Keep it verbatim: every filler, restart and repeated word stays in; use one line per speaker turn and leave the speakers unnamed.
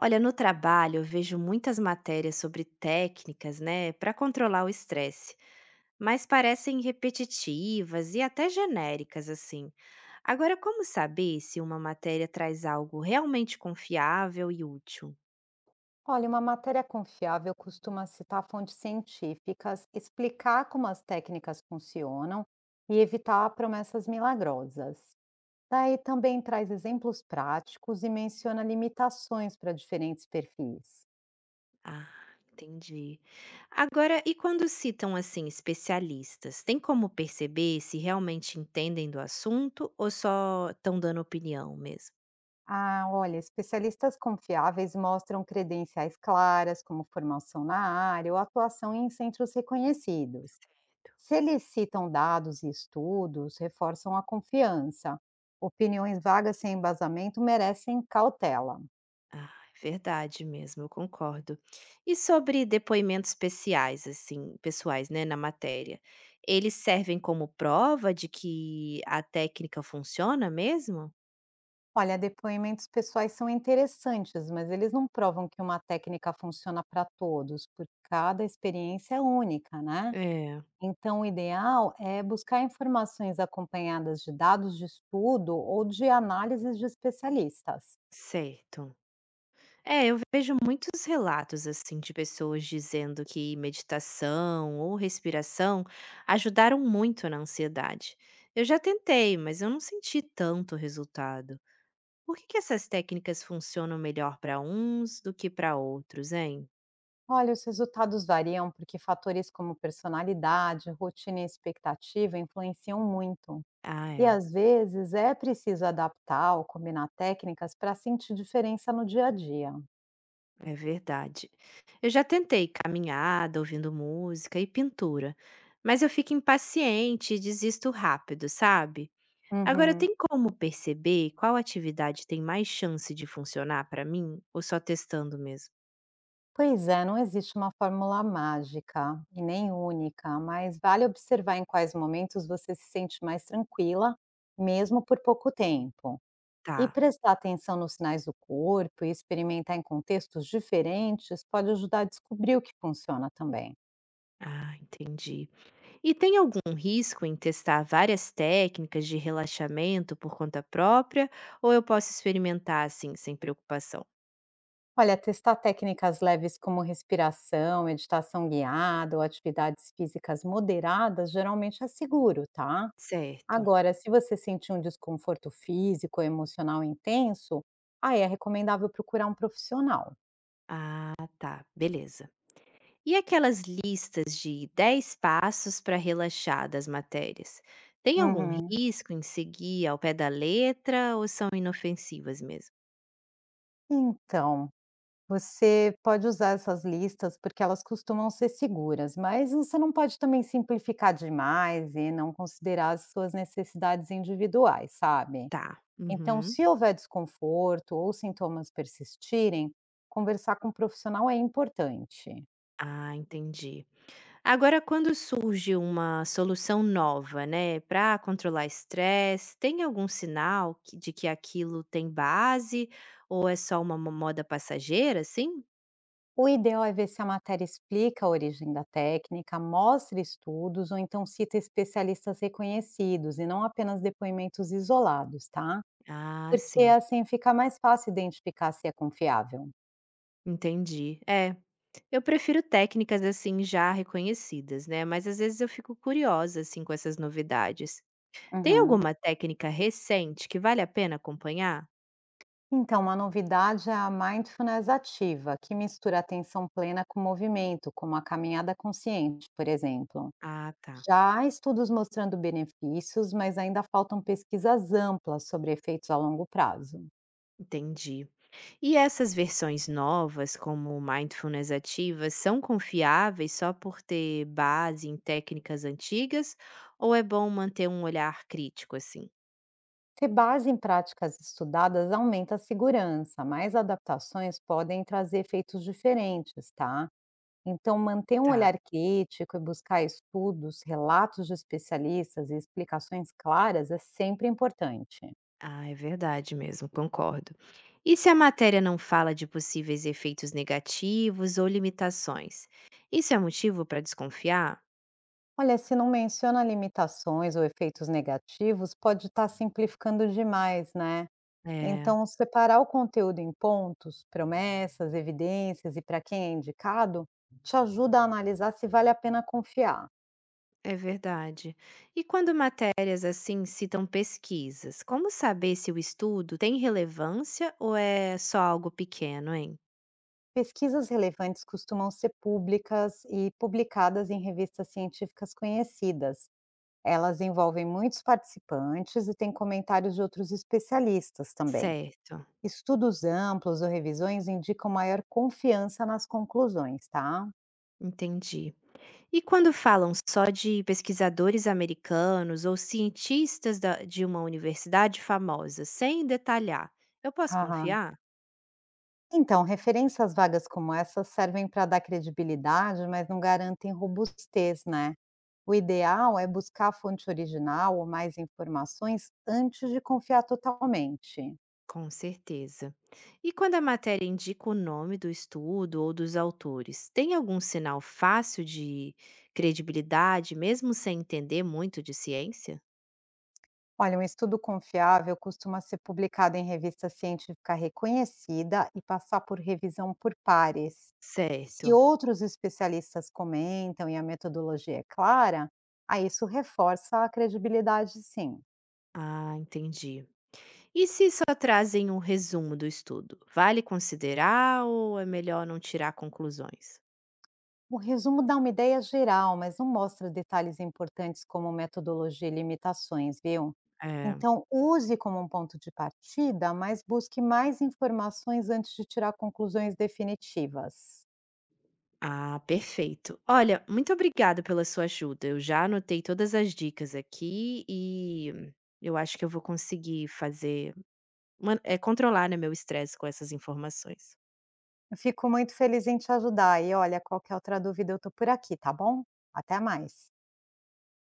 Olha, no trabalho eu vejo muitas matérias sobre técnicas, né, para controlar o estresse, mas parecem repetitivas e até genéricas assim. Agora, como saber se uma matéria traz algo realmente confiável e útil?
Olha, uma matéria confiável costuma citar fontes científicas, explicar como as técnicas funcionam e evitar promessas milagrosas. Daí também traz exemplos práticos e menciona limitações para diferentes perfis.
Ah, entendi. Agora, e quando citam assim especialistas, tem como perceber se realmente entendem do assunto ou só estão dando opinião mesmo?
Ah, olha, especialistas confiáveis mostram credenciais claras, como formação na área ou atuação em centros reconhecidos. Se eles citam dados e estudos, reforçam a confiança. Opiniões vagas sem embasamento merecem cautela.
Ah, é verdade mesmo, eu concordo. E sobre depoimentos especiais, assim, pessoais, né, na matéria, eles servem como prova de que a técnica funciona mesmo?
Olha, depoimentos pessoais são interessantes, mas eles não provam que uma técnica funciona para todos, porque cada experiência é única, né?
É,
Então, o ideal é buscar informações acompanhadas de dados de estudo ou de análises de especialistas.
certo. É, eu vejo muitos relatos assim de pessoas dizendo que meditação ou respiração ajudaram muito na ansiedade. Eu já tentei, mas eu não senti tanto resultado. Por que que essas técnicas funcionam melhor para uns do que para outros, hein?
Olha, os resultados variam porque fatores como personalidade, rotina e expectativa influenciam muito.
Ah,
E
é,
às vezes é preciso adaptar ou combinar técnicas para sentir diferença no dia a dia.
é verdade. Eu já tentei caminhada, ouvindo música e pintura, mas eu fico impaciente e desisto rápido, sabe? Agora,
Uhum.
tem como perceber qual atividade tem mais chance de funcionar para mim ou só testando mesmo?
Pois é, não existe uma fórmula mágica e nem única, mas vale observar em quais momentos você se sente mais tranquila, mesmo por pouco tempo. E
Tá.
prestar atenção nos sinais do corpo e experimentar em contextos diferentes pode ajudar a descobrir o que funciona também.
Ah, entendi. E tem algum risco em testar várias técnicas de relaxamento por conta própria, ou eu posso experimentar assim, sem preocupação?
Olha, testar técnicas leves como respiração, meditação guiada ou atividades físicas moderadas geralmente é seguro, tá?
Certo.
Agora, se você sentir um desconforto físico ou emocional intenso, aí é recomendável procurar um profissional.
Ah, tá, beleza. E aquelas listas de dez passos para relaxar das matérias? Tem algum
Uhum.
risco em seguir ao pé da letra ou são inofensivas mesmo?
Então, você pode usar essas listas, porque elas costumam ser seguras, mas você não pode também simplificar demais e não considerar as suas necessidades individuais, sabe?
Tá.
Então,
Uhum.
se houver desconforto ou sintomas persistirem, conversar com um profissional é importante.
Ah, entendi. Agora, quando surge uma solução nova, né, para controlar estresse, tem algum sinal que- de que aquilo tem base ou é só uma mo- moda passageira, sim?
O ideal é ver se a matéria explica a origem da técnica, mostra estudos ou então cita especialistas reconhecidos e não apenas depoimentos isolados, tá?
Ah,
Porque,
sim,
assim, fica mais fácil identificar se é confiável.
entendi. É, eu prefiro técnicas assim já reconhecidas, né? Mas às vezes eu fico curiosa assim com essas novidades. Tem
Uhum.
alguma técnica recente que vale a pena acompanhar?
Então, uma novidade é a mindfulness ativa, que mistura atenção plena com movimento, como a caminhada consciente, por exemplo.
Ah, tá,
Já há estudos mostrando benefícios, mas ainda faltam pesquisas amplas sobre efeitos a longo prazo.
entendi. E essas versões novas, como mindfulness ativa, são confiáveis só por ter base em técnicas antigas ou é bom manter um olhar crítico assim?
Ter base em práticas estudadas aumenta a segurança, mas adaptações podem trazer efeitos diferentes, tá? Então, manter um
Tá.
olhar crítico e buscar estudos, relatos de especialistas e explicações claras é sempre importante.
Ah, é verdade mesmo, concordo. E se a matéria não fala de possíveis efeitos negativos ou limitações? Isso é motivo para desconfiar?
Olha, se não menciona limitações ou efeitos negativos, pode estar simplificando demais, né?
É.
Então, separar o conteúdo em pontos, promessas, evidências e para quem é indicado, te ajuda a analisar se vale a pena confiar.
É verdade. E quando matérias assim citam pesquisas, como saber se o estudo tem relevância ou é só algo pequeno, hein?
Pesquisas relevantes costumam ser públicas e publicadas em revistas científicas conhecidas. Elas envolvem muitos participantes e têm comentários de outros especialistas também.
Certo,
Estudos amplos ou revisões indicam maior confiança nas conclusões, tá?
entendi. E quando falam só de pesquisadores americanos ou cientistas da- de uma universidade famosa, sem detalhar, eu posso
Aham.
confiar?
Então, referências vagas como essas servem para dar credibilidade, mas não garantem robustez, né? O ideal é buscar a fonte original ou mais informações antes de confiar totalmente.
Com certeza. E quando a matéria indica o nome do estudo ou dos autores, tem algum sinal fácil de credibilidade, mesmo sem entender muito de ciência?
Olha, um estudo confiável costuma ser publicado em revista científica reconhecida e passar por revisão por pares.
Certo.
Se outros especialistas comentam e a metodologia é clara, aí isso reforça a credibilidade, sim.
Ah, entendi. E se só trazem um resumo do estudo, vale considerar ou é melhor não tirar conclusões?
O resumo dá uma ideia geral, mas não mostra detalhes importantes como metodologia e limitações, viu?
É.
Então, use como um ponto de partida, mas busque mais informações antes de tirar conclusões definitivas.
Ah, perfeito. Olha, muito obrigada pela sua ajuda. Eu já anotei todas as dicas aqui e eu acho que eu vou conseguir fazer Man é controlar, né, meu estresse com essas informações.
Eu fico muito feliz em te ajudar e olha, qualquer outra dúvida eu estou por aqui, tá bom? Até mais.